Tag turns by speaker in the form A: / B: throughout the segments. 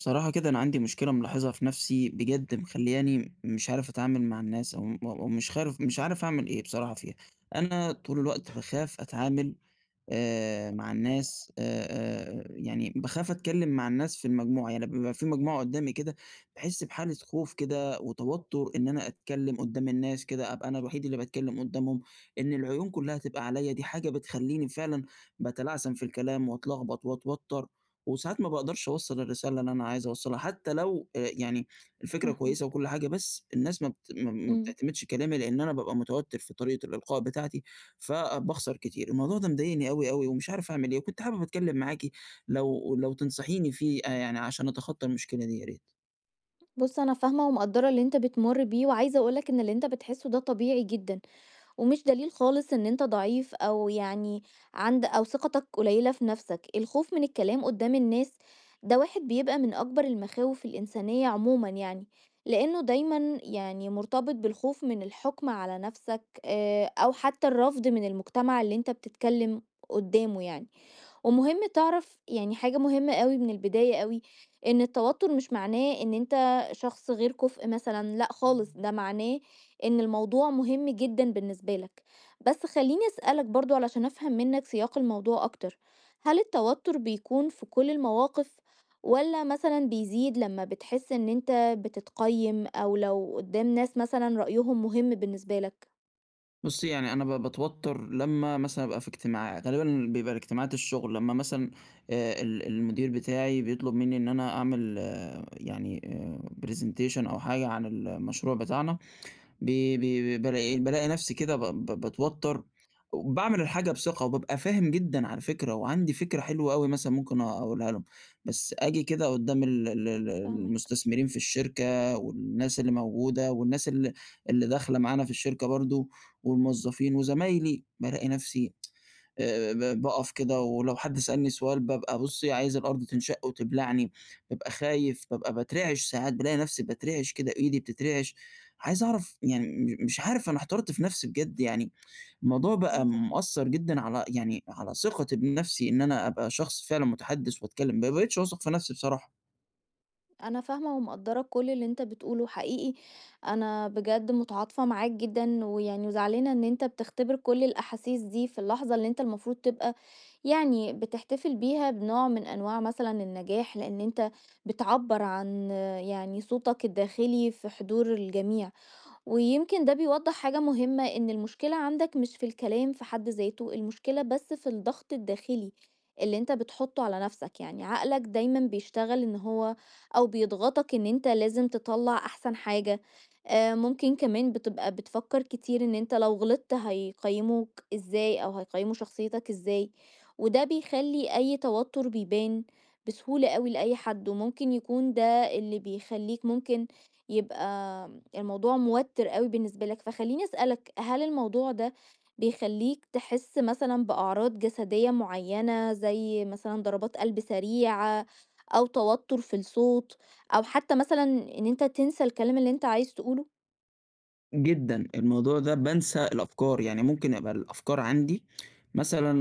A: بصراحة كده، أنا عندي مشكلة ملاحظها في نفسي بجد، مخلّياني مش عارف أتعامل مع الناس، أو م أو مش خارف مش عارف أعمل إيه بصراحة فيها. أنا طول الوقت باخاف أتعامل مع الناس. يعني باخاف أتكلّم مع الناس في المجموعة، يعني لمّا بيبقى في مجموعة قُدّامي كده باحس بحالة خوف كده وتوتُّر، إن أنا أتكلّم قُدّام الناس كده، أبقى أنا الوحيد اللي باتكلّم قُدّامهم، إن العيون كُلّها تبقى عليّا. دي حاجة بتخلّيني فعلًا باتلعثم في الكلام وأتلخبط وأتوتَّر، وساعات ما باقدرش أوصّل الرسالة اللي أنا عايز أوصّلها، حتّى لو يعني الفكرة كويسة
B: فاهماك،
A: وكل حاجة، بس الناس ما بت ما ما
B: إمم.
A: بتعتمدش كلامي، لإن أنا بابقى متوتّر في طريقة الإلقاء بتاعتي، فباخسر كتير. الموضوع ده مضايقني أوي، أوي، ومش عارف أعمل إيه، وكنت حابب أتكلّم معاكِ لو تنصحيني فيه، يعني عشان أتخطّى المشكلة دي يا ريت.
B: بُص، أنا فاهمة ومقدّرة اللي أنت بتمُر بيه، وعايزة أقول لك إن اللي أنت بتحسه ده طبيعي جدًا، ومش دليل خالص إن أنت ضعيف أو يعني عند أو ثقتك قليلة في نفسك. الخوف من الكلام قدّام الناس ده واحد بيبقى من أكبر المخاوف الإنسانية عمومًا يعني، لإنه دايمًا يعني مرتبط بالخوف من الحُكم على نفسك أو حتى الرفض من المجتمع اللي أنت بتتكلم قدّامه يعني. ومهم تعرف يعني حاجة مهمة أوي من البداية أوي، إن التوتر مش معناه إن أنت شخص غير كُفء مثلًا، لأ خالص، ده معناه إن الموضوع مهم جدًا بالنسبة لك. بس خلّيني أسألك برضه علشان أفهم منّك سياق الموضوع أكتر، هل التوتر بيكون في كل المواقف والّا مثلًا بيزيد لمّا بتحس إن أنت بتتقيّم أو لو قدّام ناس مثلًا رأيهم مهم بالنسبة لك؟
A: بُصّي، يعني أنا باتوتّر لمّا مثلًا أبقى في اجتماع، غالبًا بيبقى الاجتماعات الشُغل. لمّا مثلًا ال المدير بتاعي بيطلب منّي إن أنا أعمل يعني presentation أو حاجة عن المشروع بتاعنا، ب ب بالاقي بالاقي نفسي كده ب ب باتوتر. باعمل الحاجة بثقة وبابقى فاهم جدًا على فكرة، وعندي فكرة حلوة أوي مثلًا ممكن أقولها لهم، بس آجي كده قدّام ال ال ال
B: فاهماك.
A: المستثمرين في الشركة، والناس اللي موجودة، والناس اللي داخلة معانا في الشركة برضه، والموظفين وزمايلي، بالاقي نفسي ب باقف كده. ولو حد سألني سؤال بابقى، بُصّي، عايز الأرض تنشق وتبلعني، بابقى خايف، بابقى باترعش ساعات، بالاقي نفسي باترعش كده، إيدي بتترعش. عايز أعرف، يعني مش عارف، أنا احترت في نفسي بجد يعني. الموضوع
B: أنا
A: بقى
B: فاهمة.
A: مأثّر جدًا على، يعني على ثقتي بنفسي، إن أنا أبقى شخص فعلًا متحدّث وأتكلّم، ما بقيتش واثق في نفسي بصراحة.
B: أنا فاهمة ومقدّرة كل اللي أنت بتقوله حقيقي، أنا بجد متعاطفة معاك جدًا، ويعني وزعلانة إن أنت بتختبر كل الأحاسيس دي في اللحظة اللي أنت المفروض تبقى يعني بتحتفل بيها بنوع من أنواع مثلًا النجاح، لأن أنت بتعبّر عن يعني صوتك الداخلي في حضور الجميع. ويمكن ده بيوضح حاجة مهمة إن المشكلة عندك مش في الكلام في حد ذاته، المشكلة بس في الضغط الداخلي اللي انت بتحطه على نفسك، يعني عقلك دايما بيشتغل ان هو او بيضغطك ان انت لازم تطلع احسن حاجة. ممكن كمان بتبقى بتفكر كتير ان انت لو غلطت هيقيموك ازاي او هيقيموا شخصيتك ازاي، وده بيخلي اي توتر بيبان بسهولة قوي لأي حد، وممكن يكون ده اللي بيخليك ممكن يبقى الموضوع موتر أوي بالنسبة لك. فخليني أسألك، هل الموضوع ده بيخليك تحس مثلا بأعراض جسدية معينة زي مثلا ضربات قلب سريعة أو توتر في الصوت أو حتى مثلا إن أنت تنسى الكلام اللي أنت عايز تقوله؟
A: جدًا، الموضوع ده بانسى الأفكار، يعني ممكن أبقى الأفكار عندي مثلًا،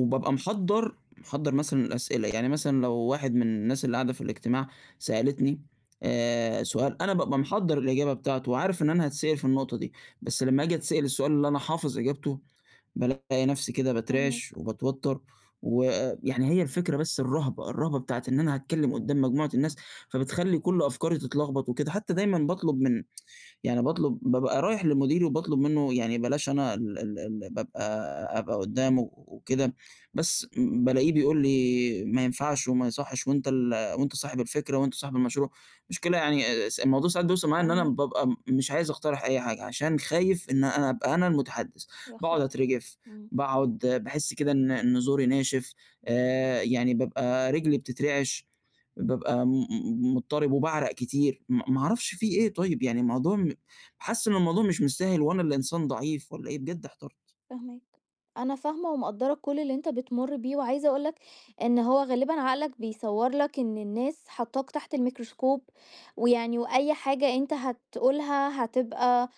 A: وبابقى محضّر مثلًا الأسئلة. يعني مثلًا لو واحد من الناس اللي قاعدة في الاجتماع سألتني سؤال، أنا بابقى محضّر الإجابة بتاعته وعارف إن أنا هاتسأل في النقطة دي، بس لمّا آجي أتسأل السؤال اللي أنا حافظ إجابته، بالاقي نفسي كده
B: فاهمك.
A: باترعش وباتوتّر. ويعني هي
B: مم.
A: الفكرة بس الرهبة، الرهبة بتاعة إن أنا هاتكلم قدّام مجموعة الناس، فبتخلّي كل أفكاري تتلخبط وكده. حتى دايمًا باطلب من، يعني بابقى رايح لمديري وباطلب منه، يعني بلاش أنا ال ال ال بابقى أبقى قدّامه وكده. بس بالاقيه بيقول لي: "ما ينفعش وما يصحّش، وأنت وأنت صاحب الفكرة، وأنت صاحب المشروع." المشكلة، يعني س الموضوع ساعات بيوصل معايا إن أنا
B: فاهمك،
A: بابقى مش عايز أقترح أي حاجة عشان خايف إن أنا أبقى أنا المتحدث.
B: يا
A: باقعد
B: خبر.
A: أترجف،
B: مم.
A: باقعد باحس كده إن إن زوري ناشف، يعني بابقى رجلي بتترعش، بابقى م م مضطرب وباعرق كتير. ما أعرفش في إيه طيب. يعني الموضوع، حاسس إن الموضوع مش مستاهل، وأنا اللي إنسان ضعيف والّا إيه، بجد احترت.
B: فاهماك. أنا فاهمة ومقدّرة كل اللي أنت بتمُر بيه، وعايزة أقول لك إن هو غالبًا عقلك بيصوّر لك إن الناس حاطاك تحت الميكروسكوب، ويعني وأي حاجة أنت هتقولها هتبقى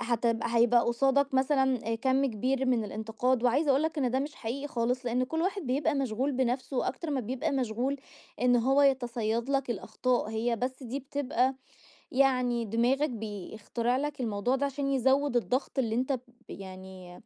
B: هتبقى هيبقى قصادك مثلًا كَم كبير من الانتقاد، وعايزة أقول لك إن ده مش حقيقي خالص، لإن كل واحد بيبقى مشغول بنَفْسه أكتر ما بيبقى مشغول إن هو يتصيّد لك الأخطاء، هي بس دي بتبقى يعني دماغك بيخترع لك الموضوع ده عشان يزوّد الضغط اللي أنت يعني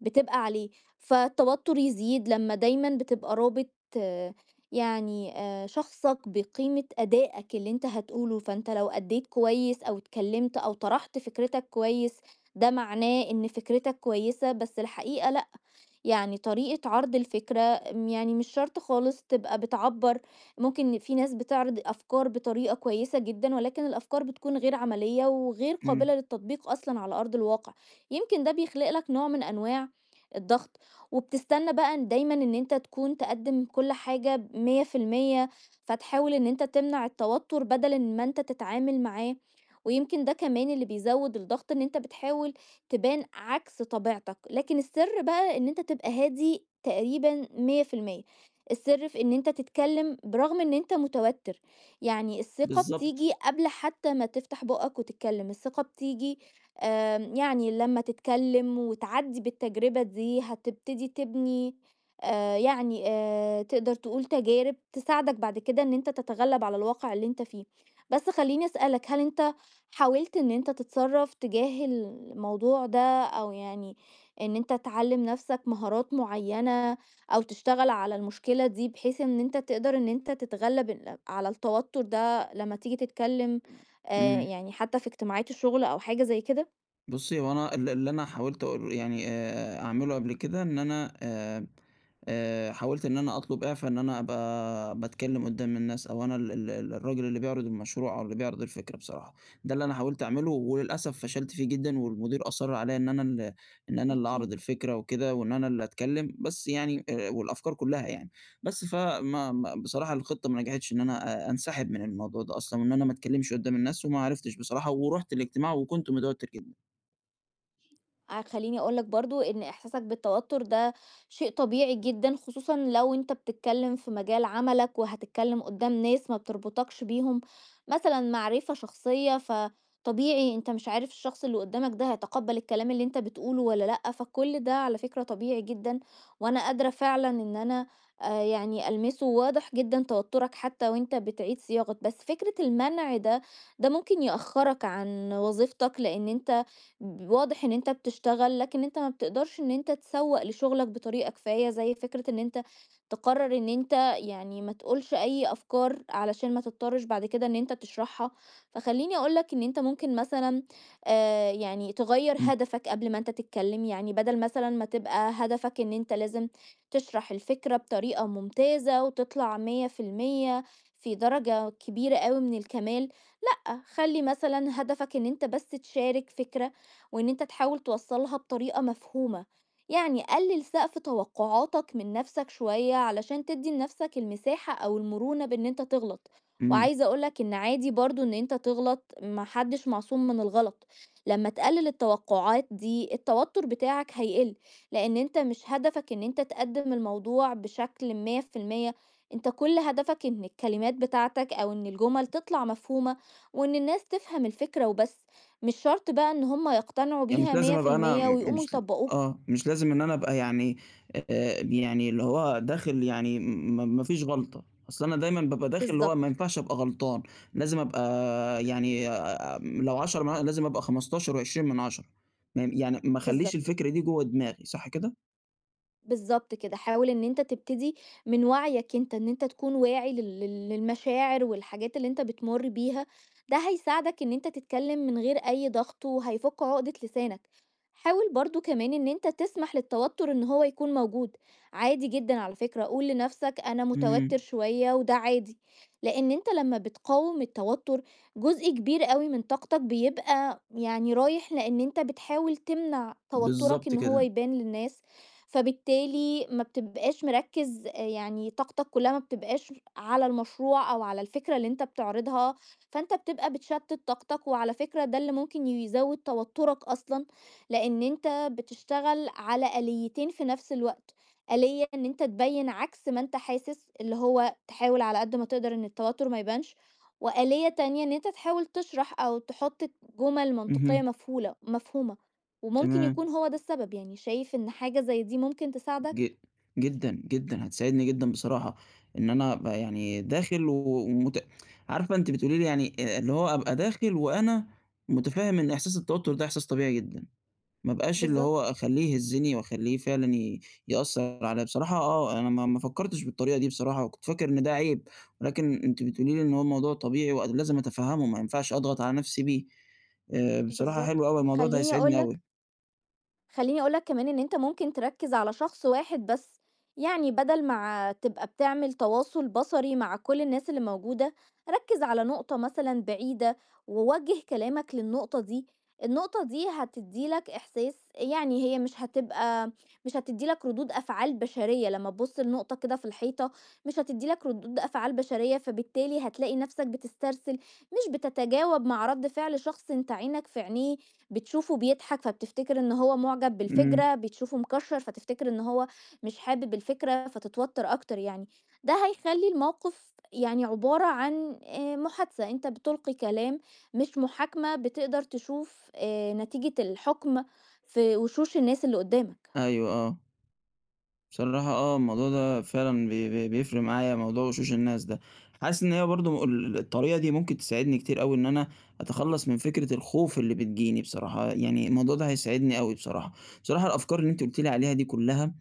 B: بتبقى عليه. فالتوتر يزيد لمّا دايمًا بتبقى رابط، آه، يعني شخصك بقيمة أدائك اللي أنت هتقوله، فأنت لو أدّيت كويس أو اتكلّمت أو طرحت فكرتك كويس، ده معناه إن فكرتك كويسة، بس الحقيقة لأ. يعني طريقة عرض الفكرة يعني مش شرط خالص تبقى بتعبر، ممكن في ناس بتعرض أفكار بطريقة كويسة جدا ولكن الأفكار بتكون غير عملية وغير
A: إمم.
B: قابلة للتطبيق أصلا على أرض الواقع. يمكن ده بيخلق لك نوع من أنواع الضغط، وبتستنى بقى دايما ان انت تكون تقدم كل حاجة مية في المية، فتحاول ان انت تمنع التوتر بدل ان ما انت تتعامل معاه، ويمكن ده كمان اللي بيزود الضغط ان انت بتحاول تبان عكس طبيعتك. لكن السر بقى ان انت تبقى هادي تقريبا 100%. السر في ان انت تتكلم برغم ان انت متوتر، يعني الثقة
A: بالضبط.
B: بتيجي قبل حتى ما تفتح بقك وتتكلم الثقة بتيجي. يعني لما تتكلم وتعدي بالتجربة دي هتبتدي تبني، يعني تقدر تقول تجارب تساعدك بعد كده ان انت تتغلب على الواقع اللي انت فيه. بس خليني اسألك، هل انت حاولت إن أنت تتصرّف تجاه الموضوع ده أو يعني إن أنت تعلّم نَفْسك مهارات معيّنة أو تشتغل على المشكلة دي بحيث إن أنت تقدر إن أنت تتغلّب على التوتُّر ده لمّا تيجي تتكلّم،
A: إمم.
B: يعني حتّى في اجتماعات الشُغل أو حاجة زي كده؟
A: بُصّي، هو أنا اللي أنا حاولت أقول، يعني أعمله قبل كده، إن أنا حاولت إن أنا أطلب إعفا إن أنا أبقى باتكلّم قُدّام الناس، أو أنا ال ال ال الراجل اللي بيعرض المشروع أو اللي بيعرض الفكرة بصراحة. ده اللي أنا حاولت أعمله، وللأسف فشلت فيه جدًا، والمدير أصَرّ عليّا إن أنا اللي
B: أكيد.
A: أعرض الفكرة وكده، وإن أنا اللي أتكلّم، بس يعني والأفكار كُلّها يعني. بس فما ما بصراحة الخطة ما نجحتش إن أنا أنسحب من الموضوع ده أصلًا، وإن أنا ما أتكلّمش قُدّام الناس، وما عرفتش بصراحة ورُحت الاجتماع وكنت متوتّر جدًا.
B: خلّيني أقول لك برضه إن إحساسك بالتوتر ده شيء طبيعي جدًا، خصوصًا لو أنت بتتكلم في مجال عملك وهتتكلم قدّام ناس ما بتربطكش بيهم مثلًا معرفة شخصية، فطبيعي أنت مش عارف الشخص اللي قدّامك ده هيتقبّل الكلام اللي أنت بتقوله والّا لأ، فكل ده على فكرة طبيعي جدًا، وأنا قادرة فعلًا إن أنا يعني ألمسه، واضح جدًا توترك حتى وأنت بتعيد صياغة. بس فكرة المنع ده، ده ممكن يأخّرك عن وظيفتك لإن أنت واضح إن أنت بتشتغل، لكن أنت ما بتقدرش إن أنت تسوّق لشغلك بطريقة كفاية، زي فكرة إن أنت تقرر إن أنت يعني ما تقولش أي أفكار علشان ما تضطرش بعد كده إن أنت تشرحها. فخلّيني أقول لك إن أنت ممكن مثلًا يعني تغيّر
A: إمم.
B: هدفك قبل ما أنت تتكلم، يعني بدل مثلًا ما تبقى هدفك إن أنت لازم تشرح الفكرة بطريقة ممتازة وتطلع 100% في المية في درجة كبيرة أوي من الكمال، لأ، خلّي مثلًا هدفك إن أنت بس تشارك فكرة، وإن أنت تحاول توصّلها بطريقة مفهومة، يعني قلّل سقف توقعاتك من نَفْسك شوية علشان تدّي لنَفْسك المساحة أو المرونة بإن أنت تغلط،
A: إمم.
B: وعايزة أقول لك إن عادي برضه إن أنت تغلط، ما حدّش معصوم من الغلط. لمّا تقلّل التوقعات دي التوتُّر بتاعك هيقِل، لإن أنت مش هدفك إن أنت تقدّم الموضوع بشكل 100%. أنت كل هدفك إن الكلمات بتاعتك أو إن الجُمل تطلع مفهومة وإن الناس تفهم الفكرة وبس، مش شرط بقى إن هم يقتنعوا
A: يعني مش
B: بيها
A: لازم أبقى أنا
B: 100%
A: م
B: ويقوموا
A: مش
B: يطبّقوها.
A: آه، مش لازم إن أنا أبقى، يعني يعني اللي هو داخل، يعني ما فيش غلطة. أصل أنا دايمًا بابقى داخل اللي هو ما
B: بالضبط،
A: ينفعش أبقى غلطان، لازم أبقى، يعني لو 10 من لازم أبقى 15 و20 من 10، ما ي يعني ما أخلّيش
B: بالضبط.
A: الفكرة دي جوّه دماغي، صح كده؟
B: بالضبط كده، حاول إن أنت تبتدي من وعيك أنت، إن أنت تكون واعي لل لل للمشاعر والحاجات اللي أنت بتمُر بيها، ده هيساعدك إن أنت تتكلّم من غير أي ضغط وهيفُك عُقدة لسانك. حاول برضه كمان إن أنت تسمح للتوتُّر إن هو يكون موجود، عادي جدًا على فكرة، قُل لنَفْسك أنا
A: إمم.
B: متوتّر شوية وده عادي، لإن أنت لمّا بتقاوم التوتُّر، جزء كبير أوي من طاقتك بيبقى يعني رايح لإن أنت بتحاول تمنع توتُّرك
A: بالضبط
B: إن هو
A: كده.
B: يبان للناس، فبالتالي ما بتبقاش مركّز، يعني طاقتك كلّها ما بتبقاش على المشروع أو على الفكرة اللي أنت بتعرضها، فأنت بتبقى بتشتِّت طاقتك، وعلى فكرة ده اللي ممكن يزوّد توتُّرك أصلًا، لإن أنت بتشتغل على آليتين في نفس الوقت، آلية إن أنت تبيّن عكس ما أنت حاسس اللي هو تحاول على قد ما تقدر إن التوتُّر ما يبانش، وآلية تانية إن أنت تحاول تشرح أو تحُط جُمل منطقية
A: اهم.
B: مفهومة. وممكن
A: تمام.
B: يكون هو ده السبب، يعني شايف إن حاجة زي دي ممكن
A: ج
B: تساعدك؟
A: جدًا، جدًا، هتساعدني جدًا بصراحة. إن أنا أبقى يعني داخل و ومت عارفة أنتِ بتقولي لي، يعني اللي هو أبقى داخل وأنا متفهم إن إحساس التوتر ده إحساس طبيعي جدًا، ما ابقاش اللي هو
B: بالضبط،
A: أخلّيه يهزني وأخلّيه فعلًا يأثّر عليَّ. بصراحة أنا ما فكّرتش بالطريقة دي بصراحة، وكنت فاكر إن ده عيب، ولكن أنتِ بتقولي لي إن هو الموضوع طبيعي ولازم أتفهّمه، ما ينفعش أضغط على نفسي بيه. بصراحة حلو
B: بالضبط.
A: أوي الموضوع ده
B: خلّيني أقول
A: هيساعدني أوي.
B: لك خلّيني أقول لك كمان إن أنت ممكن تركّز على شخص واحد بس، يعني بدل ما تبقى بتعمل تواصل بصري مع كل الناس اللي موجودة، ركّز على نقطة مثلًا بعيدة ووجّه كلامك للنقطة دي، النقطة دي هتدّي لك إحساس يعني هي مش هتدّي لك ردود أفعال بشرية، لمّا تبُص لنقطة كده في الحيطة مش هتدّي لك ردود أفعال بشرية، فبالتالي هتلاقي نَفْسك بتسترسل، مش بتتجاوب مع رَد فعل شخص أنت عينك في عينيه، بتشوفه بيضحك فبتفتكر إن هو مُعجب
A: إمم.
B: بالفكرة، بتشوفه مكشّر فتفتكر إن هو مش حابب الفكرة فتتوتّر أكتر يعني. ده هيخلّي الموقف يعني عبارة عن محادثة، أنت بتُلقي كلام، مش محاكمة بتقدر تشوف نتيجة الحُكم في وشوش الناس اللي قُدّامك.
A: أيوه. آه. بصراحة الموضوع ده فعلًا بي بي بيفرق معايا موضوع وشوش الناس ده. حاسس إن هي برضه الطريقة دي ممكن تساعدني كتير أوي إن أنا أتخلّص من فكرة الخوف اللي بتجيني بصراحة. يعني الموضوع ده هيساعدني أوي بصراحة. بصراحة الأفكار اللي أنتِ قُلتِ لي عليها دي كلها،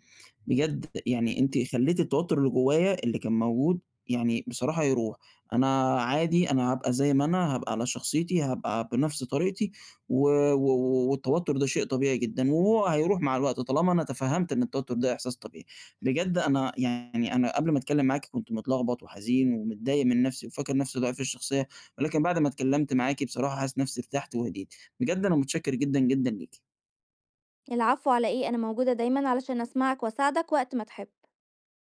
A: بجد يعني أنتِ خلّيتِ التوتر اللي جوايا اللي كان موجود، يعني بصراحة يروح. أنا عادي، أنا هابقى زي ما أنا، هابقى على شخصيتي، هابقى بنفْس طريقتي، و و والتوتر ده شيء طبيعي جدًا، وهو هيروح مع الوقت طالما أنا تفهّمت إن التوتر ده إحساس طبيعي. بجد أنا، يعني أنا قبل ما أتكلّم معاكِ كنت متلخبط وحزين ومتضايق من نفْسي وفاكر نفْسي ضعيف الشخصية، ولكن بعد ما اتكلّمت معاكِ بصراحة حاسس نفْسي ارتحت وهديت. بجد أنا متشكّر جدًا، جدًا ليكِ.
B: العفو على إيه، أنا موجودة دايمًا علشان أسمعك وأساعدك وقت ما تحب.